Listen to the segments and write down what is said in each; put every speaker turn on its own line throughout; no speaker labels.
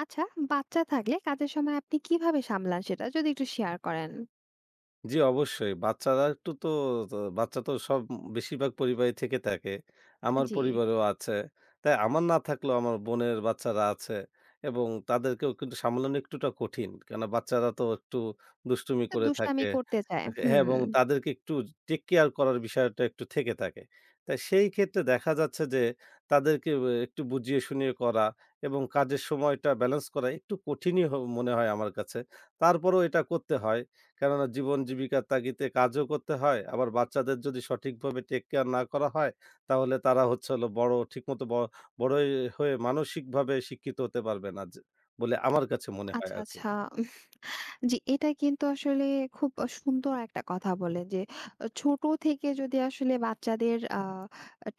আচ্ছা, বাচ্চা থাকলে কাজের সময় আপনি কিভাবে সামলান সেটা যদি একটু শেয়ার করেন?
জি, অবশ্যই। বাচ্চারা একটু তো তো বাচ্চা তো বেশিরভাগ পরিবারই থেকে থাকে। আমার
জি।
পরিবারেও আছে। তাই আমার না থাকলেও আমার বোনের বাচ্চারা আছে এবং তাদেরকেও কিন্তু সামলানো একটুটা কঠিন। কেননা বাচ্চারা তো একটু দুষ্টুমি করে থাকে।
দুষ্টামি করতে চায়।
হ্যাঁ,
হুম।
এবং তাদেরকে একটু টেক কেয়ার করার বিষয়টা একটু থেকে থাকে। তাই সেই ক্ষেত্রে দেখা যাচ্ছে যে তাদেরকে একটু বুঝিয়ে শুনিয়ে করা এবং কাজের সময়টা ব্যালেন্স করা একটু কঠিনই মনে হয় আমার কাছে। তারপরেও এটা করতে হয়। কেননা জীবন জীবিকার তাগিদে কাজও করতে হয়। আবার বাচ্চাদের যদি সঠিকভাবে টেক কেয়ার না করা হয়, তাহলে তারা হচ্ছে হলো বড় ঠিকমতো ব বড়ই হয়ে মানসিকভাবে শিক্ষিত হতে পারবে না যে বলে আমার কাছে মনে হয়
আচ্ছা,
আরকি।
আচ্ছা। উম, জি, এটা কিন্তু আসলে খুব সুন্দর একটা কথা বললেন যে, ছোট থেকে যদি আসলে বাচ্চাদের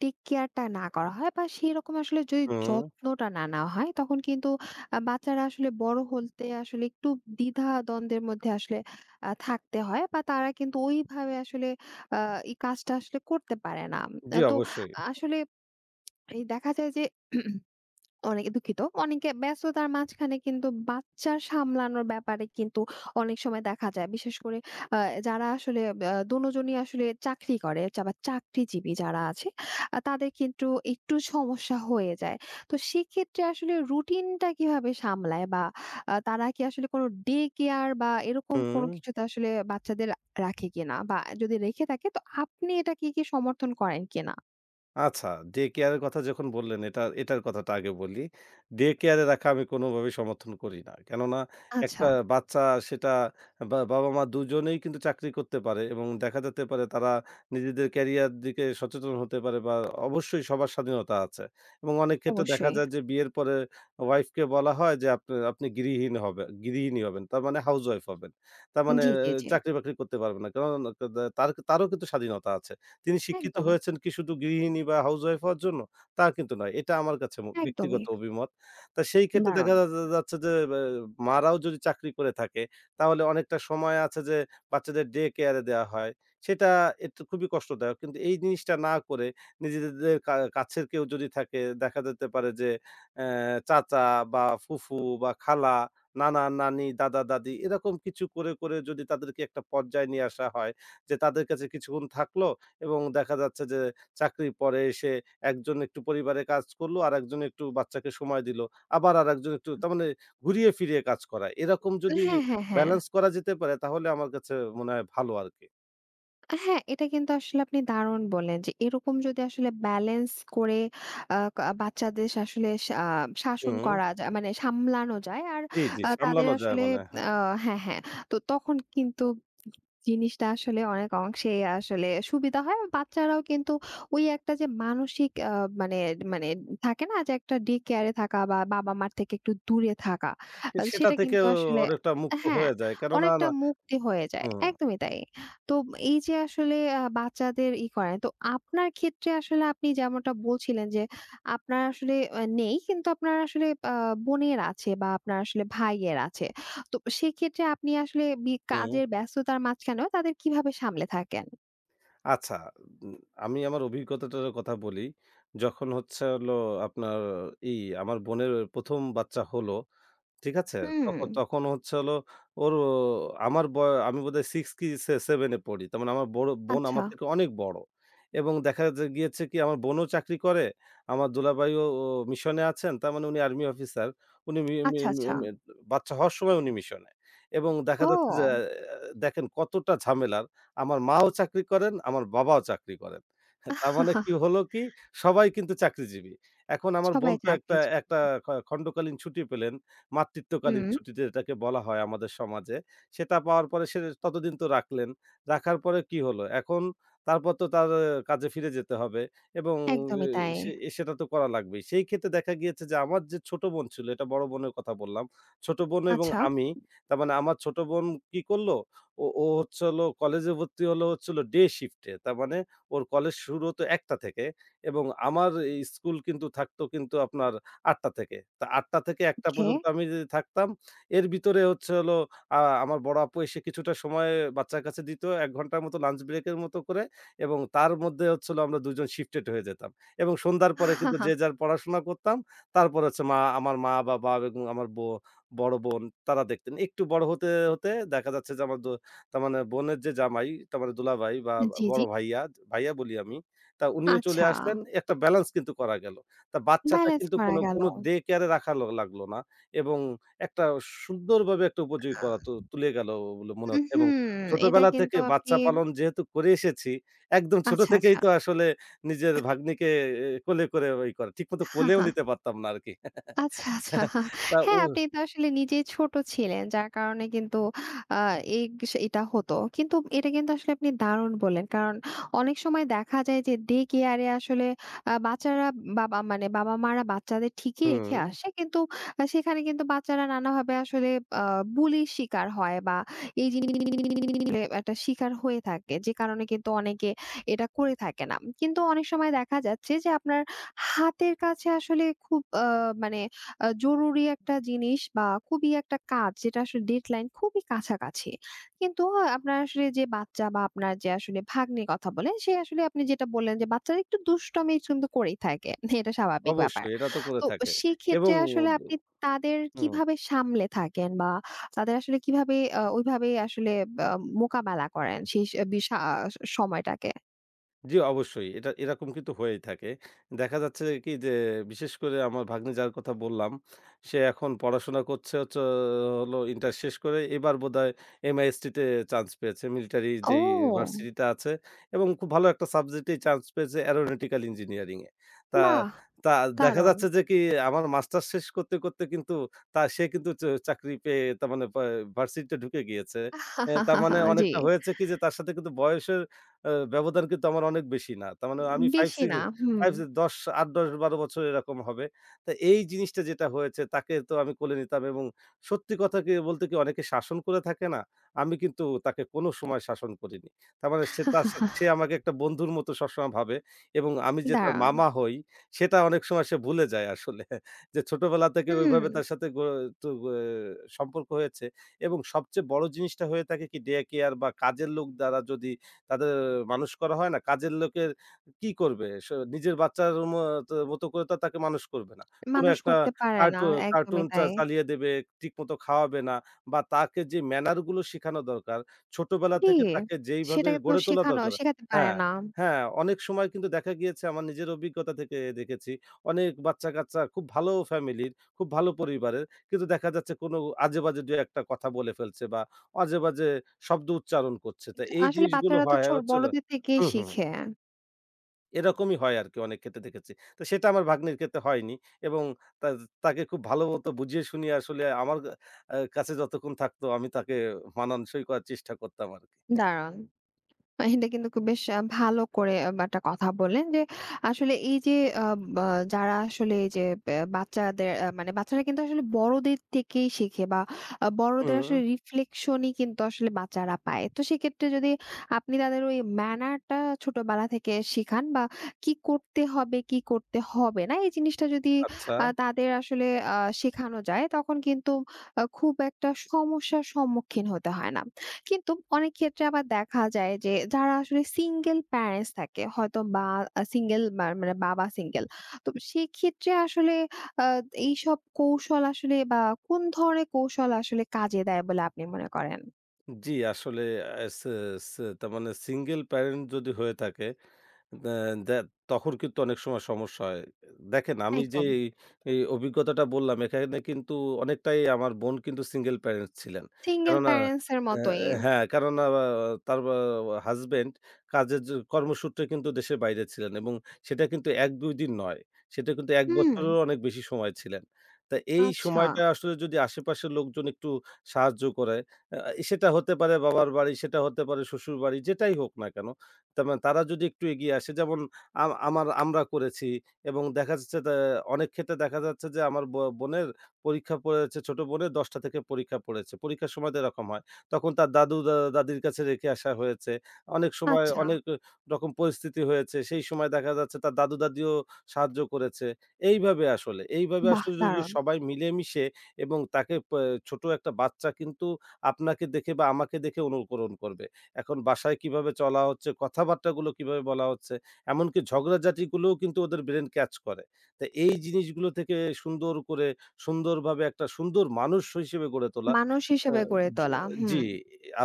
টেক কেয়ারটা না করা হয় বা সেরকম আসলে যদি
হুম,
যত্নটা না নেওয়া হয়, তখন কিন্তু বাচ্চারা আসলে বড় হতে আসলে একটু দ্বিধা-দ্বন্দ্বের মধ্যে আসলে থাকতে হয় বা তারা কিন্তু ওইভাবে আসলে আ এই কাজটা আসলে করতে পারে না।
জি
তো
অবশ্যই।
আসলে এই দেখা যায় যে অনেকে, দুঃখিত, অনেকে ব্যস্ততার মাঝখানে কিন্তু বাচ্চা সামলানোর ব্যাপারে কিন্তু অনেক সময় দেখা যায়। বিশেষ করে আ যারা আসলে দোনোজনই আসলে চাকরি করে, আবার চাকরিজীবী যারা আছে, তাদের কিন্তু একটু সমস্যা হয়ে যায়। তো সেক্ষেত্রে আসলে রুটিনটা কিভাবে সামলায় বা তারা কি আসলে কোনো ডে কেয়ার বা এরকম কোনো
হুম।
কিছুতে আসলে বাচ্চাদের রাখে কিনা? বা যদি রেখে থাকে, তো আপনি এটা কি, কি সমর্থন করেন কিনা?
আচ্ছা, ডে কেয়ারের কথা যখন বললেন এটার কথাটা আগে বলি। ডে কেয়ারে রাখা আমি কোনোভাবেই সমর্থন করি না। কেননা
আচ্ছা,
একটা বাচ্চা সেটা বা বাবা-মা দুজনেই কিন্তু চাকরি করতে পারে এবং দেখা যেতে পারে তারা নিজেদের ক্যারিয়ার দিকে সচেতন হতে পারে বা অবশ্যই সবার স্বাধীনতা আছে। এবং অনেক ক্ষেত্রে দেখা
অবশ্যই।
যায় যে বিয়ের পরে ওয়াইফকে বলা হয় যে আপনি আপনি গৃহহীন হবে গৃহিণী হবেন। তার মানে হাউসওয়াইফ হবেন। তার মানে
জি, জি, জি।
চাকরি-বাকরি করতে পারবে না। কারণ তারও কিন্তু স্বাধীনতা আছে। তিনি শিক্ষিত
একদম।
হয়েছেন কি শুধু গৃহিণী বা হাউসওয়াইফ হওয়ার জন্য? তা কিন্তু নয়। এটা আমার কাছে
একদমই।
ব্যক্তিগত অভিমত। তা সেই ক্ষেত্রে দেখা
দারুণ।
যা যা যাচ্ছে যে মারাও যদি চাকরি করে থাকে, তাহলে অনেকটা সময় আছে যে বাচ্চাদের ডে কেয়ারে দেয়া হয়। সেটা একটু খুবই কষ্টদায়ক। কিন্তু এই জিনিসটা না করে নিজেদের কাছের কেউ যদি থাকে, দেখা যেতে পারে যে অ্যা চাচা বা ফুফু বা খালা, নানা-নানি, দাদা-দাদি এরকম কিছু করে যদি তাদেরকে একটা পর্যায়ে নিয়ে আসা হয় যে তাদের কাছে কিছুক্ষণ থাকলো এবং দেখা যাচ্ছে যে চাকরির পরে এসে একজন একটু পরিবারে কাজ করলো, আরেকজন একটু বাচ্চাকে সময় দিল। আবার আরেকজন একটু তার মানে ঘুরিয়ে ফিরিয়ে কাজ করা। এরকম যদি
হ্যাঁ, হ্যাঁ, হ্যাঁ।
ব্যালেন্স করা যেতে পারে তাহলে আমার কাছে মনে হয় ভালো আরকি।
হ্যাঁ, এটা কিন্তু আসলে আপনি দারুণ বললেন যে এরকম যদি আসলে ব্যালেন্স করে আ কা বাচ্চাদের আসলে শাসন
হুম।
করা যায়, মানে সামলানো যায়, আর
জি, জি
তাদের
সামলানো যায়
আসলে
মানে হ্যাঁ।
আ হ্যাঁ, হ্যাঁ। তো তখন কিন্তু জিনিসটা আসলে অনেক অংশেই আসলে সুবিধা হয়। আর বাচ্চারাও কিন্তু ওই একটা যে মানসিক মানে মানে থাকে না, যে একটা ডে কেয়ারে থাকা বা বাবা-মার থেকে একটু দূরে থাকা।
তো সেটা
সেটা কিন্তু
থেকেও
আসলে,
অনেকটা মুক্ত
হ্যাঁ,
হয়ে যায়। কেননা
অনেকটা
না
মুক্তি হয়ে যায়।
হুম,
একদমই তাই। তো এই যে আসলে বাচ্চাদের করেন। তো আপনার ক্ষেত্রে আসলে আপনি যেমনটা বলছিলেন যে, আপনার আসলে নেই, কিন্তু আপনার আসলে বোনের আছে বা আপনার আসলে ভাইয়ের আছে। তো সেক্ষেত্রে আপনি আসলে
হুম।
কাজের ব্যস্ততার মাঝখানেও তাদের কিভাবে সামলে থাকেন?
আচ্ছা। উম আমি আমার অভিজ্ঞতাটার কথা বলি। যখন হচ্ছে হলো আপনার এই আমার বোনের ১ম বাচ্চা হলো, ঠিক আছে?
হুম।
তখন তখন হচ্ছে হলো ওর আমার বয় আমি বোধহয় 6 কি সে 7 এ পড়ি। তার মানে আমার বড় বোন
আচ্ছা,
আমার থেকে অনেক বড় এবং দেখা যে গিয়েছে কি আমার বোনও চাকরি করে। আমার দুলাভাইও মিশনে আছেন। তার মানে উনি আর্মি অফিসার। উনি মি মি
আচ্ছা,
মি
আচ্ছা।
মি বাচ্চা হওয়ার সময় উনি মিশনে এবং দেখা যাচ্ছে যে
ও!
দেখেন কতটা ঝামেলার। আমার মাও চাকরি করেন, আমার বাবাও চাকরি করেন। তার মানে কি হলো কি সবাই কিন্তু চাকরিজীবী। এখন আমার বোন
সবাই
তো
থাকে
একটা
যে,
একটা খণ্ডকালীন ছুটি পেলেন। মাতৃত্বকালীন
হুম,
ছুটিতে এটাকে বলা হয় আমাদের সমাজে। সেটা পাওয়ার পরে সে ততদিন তো রাখলেন। রাখার পরে কি হলো? এখন তারপর তো তার কাজে ফিরে যেতে হবে এবং এ
একদমই তাই।
সে সেটা তো করা লাগবেই। সেই ক্ষেত্রে দেখা গিয়েছে যে আমার যে ছোট বোন ছিল, এটা বড় বোনের কথা বললাম। ছোট বোন এবং
আচ্ছা,
আমি, তার মানে আমার ছোট বোন কি করলো? ও ও হচ্ছে হলো কলেজে ভর্তি হলো হচ্ছে হলো ডে শিফটে। তার মানে ওর কলেজ শুরু হতো ১ঃ০০ থেকে এবং আমার এই স্কুল কিন্তু থাকতো কিন্তু আপনার ৮ টা থেকে। তো ৮ টা থেকে ১ টা
ওকে।
পর্যন্ত আমি যদি থাকতাম, এর ভিতরে হচ্ছে হলো আ আমার বড় আপু এসে কিছুটা সময় বাচ্চার কাছে দিত ১ ঘন্টার মতো লাঞ্চ ব্রেকের মতো করে এবং তার মধ্যে হচ্ছে হলো আমরা ২ জন শিফটেড হয়ে যেতাম এবং সন্ধ্যার পরে কিন্তু যে যার পড়াশোনা করতাম। তারপরে হচ্ছে মা আমার মা, বাবা এবং আমার বড় বোন তারা দেখতেন। একটু বড় হতে দেখা যাচ্ছে যে আমার দো তার মানে বোনের যে জামাই, তার মানে দুলাভাই বা
জি,
বড়
জি।
ভাইয়া, ভাইয়া বলি আমি। তা উনিও চলে
আচ্ছা,
আসলেন। একটা ব্যালেন্স কিন্তু করা গেল। তা বাচ্চাটা
ব্যালেন্স
কিন্তু
করা
কোনো,
গেল।
কোনো ডে কেয়ারে রাখা লাগলো না এবং একটা সুন্দরভাবে একটা উপযোগী করা তুলে গেল বলে মনে হচ্ছে এবং
হুম, এটা
ছোটবেলা
কিন্তু
থেকে
আপনি,
বাচ্চা পালন যেহেতু করে এসেছি, একদম ছোট
আচ্ছা,
থেকেই
আচ্ছা।
তো আসলে নিজের ভাগ্নিকে কোলে করে ওই করে ঠিকমতো
হা,
কোলেও
হা,
নিতে পারতাম না আরকি।
আচ্ছা, আচ্ছা।
তা ও
হ্যাঁ, আপনি তো আসলে নিজেই ছোট ছিলেন। যার কারণে কিন্তু আ এই এটা হতো। কিন্তু এটা কিন্তু আসলে আপনি দারুণ বললেন। কারণ অনেক সময় দেখা যায় যে ডে কেয়ারে আসলে বাচ্চারা, বাবা মানে বাবা-মারা বাচ্চাদের ঠিকই রেখে
হুম,
আসে। কিন্তু সেখানে কিন্তু বাচ্চারা নানাভাবে আসলে আ বুলির শিকার হয় বা এই জিনিসগুলো একটা শিকার হয়ে থাকে। যে কারণে কিন্তু অনেকে এটা করে থাকে না। কিন্তু অনেক সময় দেখা যাচ্ছে যে আপনার হাতের কাছে আসলে খুব মানে জরুরি একটা জিনিস বা খুবই একটা কাজ, যেটা আসলে ডেডলাইন খুবই কাছাকাছি। কিন্তু আপনার আসলে যে বাচ্চা বা আপনার যে আসলে ভাগ্নির কথা বলেন, সে আসলে আপনি যেটা বললেন যে বাচ্চারা একটু দুষ্টামি কিন্তু করেই থাকে। এটা স্বাভাবিক ব্যাপার।
অবশ্যই এটা তো করে
তো
থাকে এবং
সেক্ষেত্রে আসলে আপনি তাদের
হুম।
কিভাবে সামলে থাকেন বা তাদের আসলে কিভাবে ওইভাবে আসলে আ মোকাবেলা করেন সেই স বিশা সময়টাকে?
জি, অবশ্যই। এটা এরকম কিন্তু হয়েই থাকে। দেখা যাচ্ছে কি যে বিশেষ করে আমার ভাগ্নে যার কথা বললাম, সে এখন পড়াশোনা করছে। হচ্ছে হলো ইন্টার শেষ করে এবার বোধহয় MIST তে চান্স পেয়েছে। মিলিটারি যেই
ও!
ভার্সিটিটা আছে এবং খুব ভালো একটা সাবজেক্টেই চান্স পেয়েছে অ্যারোনটিক্যাল ইঞ্জিনিয়ারিং এ। তা
বাহ!
তা দেখা
দারুণ।
যাচ্ছে যে কি আমার মাস্টার্স শেষ করতে কিন্তু তা সে কিন্তু চাকরি পেয়ে তার মানে ভার্সিটিতে ঢুকে গিয়েছে। তার মানে
জি।
অনেকটা হয়েছে কি যে তার সাথে কিন্তু বয়সের ব্যবধান কিন্তু আমার অনেক বেশি না। তার মানে আমি 5,
বেশি
6
না। হুম।
5, 10 ৮, ১০, ১২ বছর এরকম হবে। তো এই জিনিসটা যেটা হয়েছে তাকে তো আমি কোলে নিতাম এবং সত্যি কথা কি বলতে কি অনেকে শাসন করে থাকে না? আমি কিন্তু তাকে কোনো সময় শাসন করিনি। তার মানে সে তার সাথে সে আমাকে একটা বন্ধুর মতো সবসময় ভাবে এবং আমি যে তার
দাঁড়ান।
মামা হই সেটা অনেক সময় সে ভুলে যায় আসলে। যে ছোটবেলা থেকে
হুম,
ওইভাবে তার সাথে গো তো গো সম্পর্ক হয়েছে এবং সবচেয়ে বড় জিনিসটা হয়ে থাকে কি ডে কেয়ার বা কাজের লোক দ্বারা যদি তাদের মানুষ করা হয় না। কাজের লোকের কি করবে? নিজের বাচ্চার ম তো মতো করে তো তাকে মানুষ করবে না। কোনো
মানুষ
একটা
করতে পারে না।
কার্টু কার্টুন
একদমই তাই।
চালিয়ে দেবে, ঠিকমতো খাওয়াবে না বা তাকে যে ম্যানার গুলো শিখানো দরকার, ছোটবেলা
জি,
থেকে তাকে যেইভাবে
সেটা কিন্তু
গড়ে তোলা
শেখানো
দরকার।
শেখাতে পারে
হ্যাঁ,
না।
হ্যাঁ, অনেক সময় কিন্তু দেখা গিয়েছে আমার নিজের অভিজ্ঞতা থেকে দেখেছি। অনেক বাচ্চা-কাচ্চা খুব ভালো ফ্যামিলির, খুব ভালো পরিবারের। কিন্তু দেখা যাচ্ছে কোনো আজে-বাজে ২ ১ টা কথা বলে ফেলছে বা আজেবাজে শব্দ উচ্চারণ করছে। তো এই
আসলে
জিনিসগুলো
বাচ্চারা তো
হয়
ছোট
হচ্ছিল
বড়দের থেকেই
হুম, হুম।
শিখে।
এরকমই হয় আরকি অনেক ক্ষেত্রে দেখেছি। তো সেটা আমার ভাগ্নির ক্ষেত্রে হয়নি এবং তা তাকে খুব ভালো মতো বুঝিয়ে শুনিয়ে আসলে আমার কাছে যতক্ষণ থাকতো আমি তাকে মানানসই করার চেষ্টা করতাম আরকি।
দারুণ। এটা কিন্তু খুব বেশ ভালো করে একটা কথা বললেন যে, আসলে এই যে আব আ যারা আসলে এই যে বাচ্চাদের মানে বাচ্চারা কিন্তু আসলে বড়দের থেকেই শিখে বা বড়দের
হুম,
আসলে রিফ্লেকশন ই কিন্তু আসলে বাচ্চারা পায়। তো সেক্ষেত্রে যদি আপনি তাদের ওই ম্যানার টা ছোটবেলা থেকে শিখান বা কি করতে হবে, কি করতে হবে না, এই জিনিসটা যদি
আচ্ছা।
তাদের আসলে আ শেখানো যায়, তখন কিন্তু খুব একটা সমস্যার সম্মুখীন হতে হয় না। কিন্তু অনেক ক্ষেত্রে আবার দেখা যায় যে যারা আসলে সিঙ্গেল প্যারেন্টস থাকে হয়তো, বা সিঙ্গেল মানে বাবা সিঙ্গেল, তো সেক্ষেত্রে আসলে আহ, এইসব কৌশল আসলে বা কোন ধরনের কৌশল আসলে কাজে দেয় বলে আপনি মনে করেন?
জি, আসলে অ্যা সে সে তার মানে সিঙ্গেল প্যারেন্ট যদি হয়ে থাকে, দ্যা দ্যা তখন কিন্তু অনেক সময় সমস্যা হয়। দেখেন আমি যে
একদম।
এই অভিজ্ঞতাটা বললাম এখানে কিন্তু অনেকটাই আমার বোন কিন্তু সিঙ্গেল প্যারেন্টস ছিলেন।
সিঙ্গেল
কেননা
প্যারেন্টস এর
অ্যা
মতোই।
হ্যাঁ, কেননা তার হাসব্যান্ড কাজের কর্মসূত্রে কিন্তু দেশের বাইরে ছিলেন এবং সেটা কিন্তু ১-২ দিন নয়। সেটা কিন্তু ১
হুম।
বছরেরও অনেক বেশি সময় ছিলেন। তা এই
আচ্ছা।
সময়টা আসলে যদি আশেপাশের লোকজন একটু সাহায্য করে আ সেটা হতে পারে বাবার বাড়ি, সেটা হতে পারে শ্বশুরবাড়ি, যেটাই হোক না কেন। তেমন তারা যদি একটু এগিয়ে আসে যেমন আ আমার আমরা করেছি এবং দেখা যাচ্ছে তা অনেক ক্ষেত্রে দেখা যাচ্ছে যে আমার বোনের পরীক্ষা পড়েছে, ছোট বোনের ১০ টা থেকে পরীক্ষা পড়েছে। পরীক্ষার সময় তো এরকম হয়। তখন তার দাদু দা দাদির কাছে রেখে আসা হয়েছে। অনেক সময়
আচ্ছা।
অনেক রকম পরিস্থিতি হয়েছে। সেই সময় দেখা যাচ্ছে তার দাদু দাদিও সাহায্য করেছে। এইভাবে
বাহ,
আসলে যদি
দারুণ।
সবাই মিলেমিশে এবং তাকে পা ছোট একটা বাচ্চা কিন্তু আপনাকে দেখে বা আমাকে দেখে অনুকরণ করবে। এখন বাসায় কিভাবে চলা হচ্ছে, কথাবার্তাগুলো কিভাবে বলা হচ্ছে, এমনকি ঝগড়াঝাটিগুলোও কিন্তু ওদের ব্রেইন ক্যাচ করে। তো এই জিনিসগুলো থেকে সুন্দর করে সুন্দরভাবে একটা সুন্দর মানুষ হিসেবে গড়ে তোলা।
মানুষ
আ
হিসেবে গড়ে
জ
তোলা। হুম।
জি,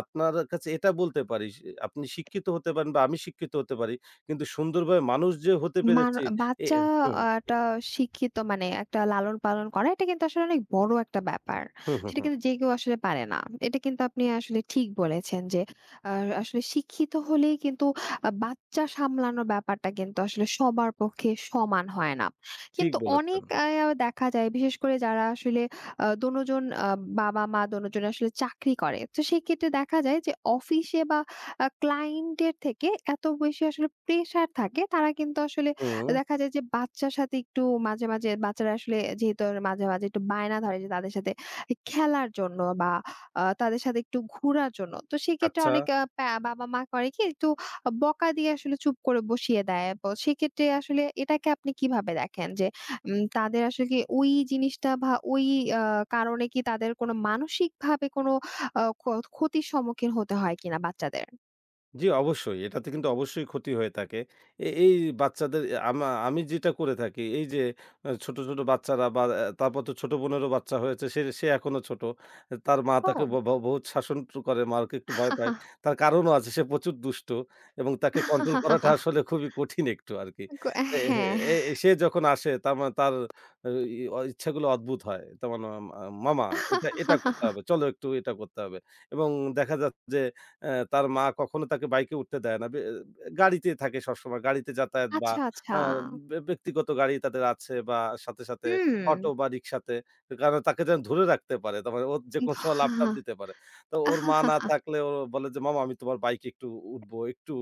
আপনার কাছে এটা বলতে পারি, আপনি শিক্ষিত হতে পারেন বা আমি শিক্ষিত হতে পারি। কিন্তু সুন্দরভাবে মানুষ যে হতে
মার
পেরেছি। এ
বাচ্চা
হুম,
একটা শিক্ষিত মানে একটা লালন-পালন করা, এটা কিন্তু আসলে অনেক বড় একটা ব্যাপার।
হুম, হুম,
সেটা
হুম।
কিন্তু যে কেউ আসলে পারে না। এটা কিন্তু আপনি আসলে ঠিক বলেছেন যে আ আসলে শিক্ষিত হলেই কিন্তু বাচ্চা সামলানোর ব্যাপারটা কিন্তু আসলে সবার পক্ষে সমান হয় না।
ঠিক
কিন্তু
বলেছেন।
অনেক দেখা যায়, বিশেষ করে যারা আসলে দোনোজন বাবা-মা দোনোজন আসলে চাকরি করে। তো সেক্ষেত্রে দেখা যায় যে অফিসে বা ক্লায়েন্ট এর থেকে এত বেশি আসলে প্রেশার থাকে, তারা কিন্তু আসলে
হুম,
দেখা যায় যে বাচ্চার সাথে একটু মাঝে, মাঝে বাচ্চারা আসলে যেহেতু আর মাঝে, মাঝে একটু বায়না ধরে যে তাদের সাথে খেলার জন্য বা তাদের সাথে একটু ঘোরার জন্য। তো সেক্ষেত্রে
আচ্ছা।
অনেক আ প্যা বাবা-মা করে কি একটু বকা দিয়ে আসলে চুপ করে বসিয়ে দেয়। সেক্ষেত্রে আসলে এটাকে আপনি কিভাবে দেখেন? যে তাদের আসলে কি ওই জিনিসটা বা ওই আ কারণে কি তাদের কোনো মানসিকভাবে কোনো আ ক ক্ষতির সম্মুখীন হতে হয় কিনা বাচ্চাদের?
জি, অবশ্যই। এটাতে কিন্তু অবশ্যই ক্ষতি হয়ে থাকে। এই বাচ্চাদের এ আমা আমি যেটা করে থাকি, এই যে ছোট, ছোট বাচ্চারা বা তারপর তো ছোট বোনেরও বাচ্চা হয়েছে। সে সে এখনো ছোট। তার মা তাকে
ও।
ব ব বহুত শাসন করে। মাকে একটু ভয় পায়। তার কারণও আছে সে প্রচুর দুষ্ট এবং তাকে কন্ট্রোল করাটা আসলে খুবই কঠিন একটু আরকি। এ
হ্যাঁ।
এ এ সে যখন আসে তার মানে তার আ ই অ ইচ্ছাগুলো অদ্ভুত হয়। তার মানে মামা এটা, এটা করতে হবে। চলো একটু এটা করতে হবে এবং দেখা যাচ্ছে যে তার মা কখনো তাকে বাইকে উঠতে দেয় না। গাড়িতে থাকে সবসময়। গাড়িতে যাতায়াত বা
আচ্ছা,
আ
আচ্ছা।
বে ব্যক্তিগত গাড়ি তাদের আছে বা সাথে, সাথে
হুম।
অটো বা রিক্সাতে। কারণ তাকে যেন ধরে রাখতে পারে। তারপরে ও যেকোনো সময় লাফ-টাপ দিতে পারে। তো ওর মা না থাকলে ও বলে যে, "মামা আমি তোমার বাইকে একটু উঠবো, একটু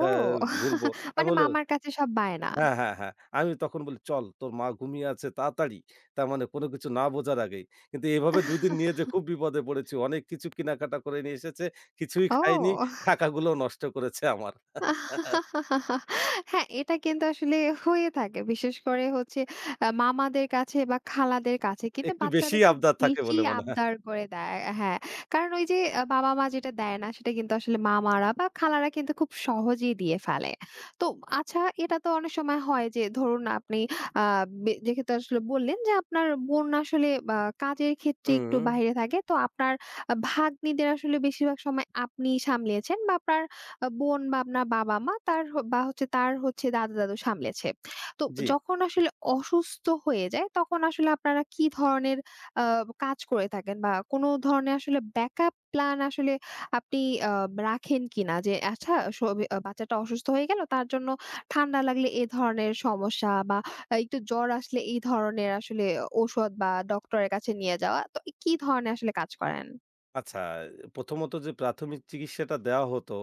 হ্যাঁ ঘুরবো।" আমি
মানে
বলি
মামার কাছে সব বায়না।
হ্যাঁ, হ্যাঁ, হ্যাঁ। আমি তখন বলি, "চল তোর মা ঘুমিয়ে আছে তাড়াতাড়ি।" তার মানে কোনো কিছু না বোঝার আগেই। কিন্তু এভাবে ২ দিন নিয়ে যে খুব বিপদে পড়েছি। অনেক কিছু কেনাকাটা করে নিয়ে এসেছে। কিছুই খাইনি।
ও!
টাকাগুলোও নষ্ট করেছে আমার।
হ্যাঁ, এটা কিন্তু আসলে হয়ে থাকে। বিশেষ করে হচ্ছে মামাদের কাছে বা খালাদের কাছে কিন্তু
একটু
বাচ্চারা
বেশিই
একটু
আবদার থাকে
বেশি
বলে মনে হয়।
আবদার করে দেয়। হ্যাঁ, কারণ ওই যে বাবা-মা যেটা দেয় না, সেটা কিন্তু আসলে মামারা বা খালারা কিন্তু খুব সহজেই দিয়ে ফেলে। তো আচ্ছা, এটা তো অনেক সময় হয় যে ধরুন আপনি আ বে যেহেতু আসলে বললেন যে আপনার বোন আসলে আ কাজের ক্ষেত্রে
হুম,
একটু বাইরে থাকে। তো আপনার ভাগ্নিদের আসলে বেশিরভাগ সময় আপনি সামলিয়েছেন বা আপনার বোন বা আপনার বাবা-মা, তার বা হচ্ছে তার হচ্ছে দাদা-দাদু সামলেছে। তো
জি।
যখন আসলে অসুস্থ হয়ে যায় তখন আসলে আপনারা কি ধরনের আ কাজ করে থাকেন? বা কোন ধরনের আসলে ব্যাকআপ প্ল্যান আসলে আপনি আ রাখেন কিনা? যে আচ্ছা, সবে বাচ্চাটা অসুস্থ হয়ে গেল তার জন্য, ঠান্ডা লাগলে এ ধরনের সমস্যা বা একটু জ্বর আসলে এই ধরনের আসলে ঔষধ বা ডক্টরের কাছে নিয়ে যাওয়া। তো কি ধরনের আসলে কাজ করেন?
আচ্ছা, প্রথমত যে প্রাথমিক চিকিৎসাটা দেওয়া হতো,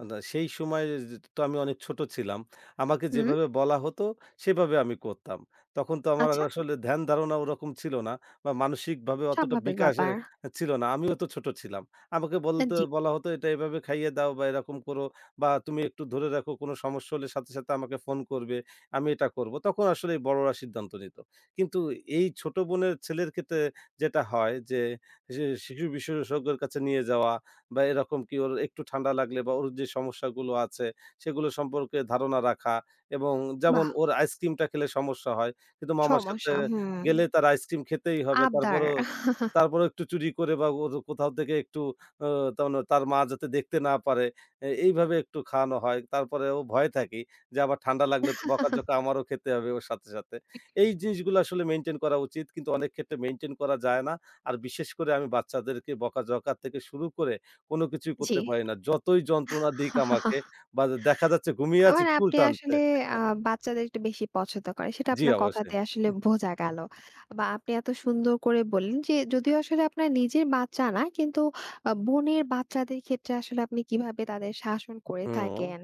আ দা সেই সময়ে যে তো আমি অনেক ছোট ছিলাম। আমাকে
হুম,
যেভাবে বলা হতো সেভাবে আমি করতাম। তখন তো আমার
আচ্ছা,
আসলে ধ্যান ধারণা ওরকম ছিল না বা মানসিকভাবে অতটা
স্বাভাবিক
বিকাশ
ব্যাপার।
ছিল না। আমিও তো ছোট ছিলাম। আমাকে বলতে
জি,
বলা হতো, "এটা এভাবে খাইয়ে দাও বা এরকম করো বা তুমি একটু ধরে রাখো। কোনো সমস্যা হলে সাথে, সাথে আমাকে ফোন করবে। আমি এটা করব।" তখন আসলে এই বড়রা সিদ্ধান্ত নিত। কিন্তু এই ছোট বোনের ছেলের ক্ষেত্রে যেটা হয় যে সে শিশু বিশেষজ্ঞের কাছে নিয়ে যাওয়া বা এরকম কি ওর একটু ঠান্ডা লাগলে বা ওর যে সমস্যাগুলো আছে সেগুলো সম্পর্কে ধারণা রাখা এবং যেমন
বাহ!
ওর আইসক্রিমটা খেলে সমস্যা হয় কিন্তু মামার সাথে
সমস্যা, হুম।
গেলে তার আইসক্রিম খেতেই হবে।
আবদার,
তারপরেও তারপরেও একটু চুরি করে বা ওর কোথাও থেকে একটু আ তার মানে তার মা যাতে দেখতে না পারে এইভাবে একটু খাওয়ানো হয়। তারপরে ও ভয় থাকে যে আবার ঠান্ডা লাগলে তো বকাঝকা আমারও খেতে হবে ওর সাথে, সাথে। এই জিনিসগুলো আসলে মেইনটেইন করা উচিত। কিন্তু অনেক ক্ষেত্রে মেইনটেইন করা যায় না। আর বিশেষ করে আমি বাচ্চাদেরকে বকাঝকা থেকে শুরু করে কোনো কিছুই
জি।
করতে পারি না। যতই যন্ত্রণা দিক আমাকে বা দেখা যাচ্ছে ঘুমিয়ে আছি
মানে
চুল
আপনি
টানছে।
আসলে আ বাচ্চাদের একটু বেশি পছন্দ করেন। সেটা
জি,
আপনার
অবশ্যই।
কথাতে আসলে বোঝা গেল। বা আপনি এত সুন্দর করে বললেন যে যদিও আসলে আপনার নিজের বাচ্চা না, কিন্তু বোনের বাচ্চাদের ক্ষেত্রে আসলে আপনি কিভাবে তাদের শাসন করে
হুম,
থাকেন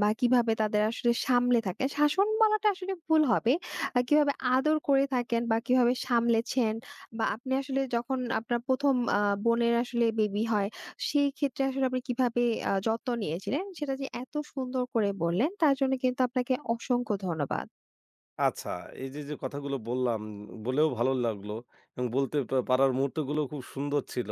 বা কিভাবে তাদের আসলে সামলে থাকেন। শাসন বলাটা আসলে ভুল হবে। কিভাবে আদর করে থাকেন বা কিভাবে সামলেছেন বা আপনি আসলে যখন আপনার প্রথম বোনের আসলে বেবি হয় সেই ক্ষেত্রে আসলে আপনি কিভাবে যত্ন নিয়েছিলেন, সেটা যে এত সুন্দর করে বললেন তার জন্য কিন্তু আপনাকে অসংখ্য ধন্যবাদ।
আচ্ছা, এই যে, যে কথাগুলো বললাম, বলেও ভালো লাগলো এবং বলতে পারার মুহূর্তগুলো খুব সুন্দর ছিল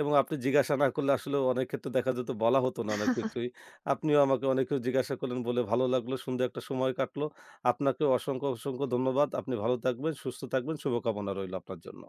এবং আপনি জিজ্ঞাসা না করলে আসলে অনেক ক্ষেত্রে দেখা যেত বলা হতো না অনেক কিছুই। আপনিও আমাকে অনেক কিছু জিজ্ঞাসা করলেন বলে ভালো লাগলো। সুন্দর একটা সময় কাটলো। আপনাকেও অসংখ্য, অসংখ্য ধন্যবাদ। আপনি ভালো থাকবেন, সুস্থ থাকবেন। শুভকামনা রইল আপনার জন্য।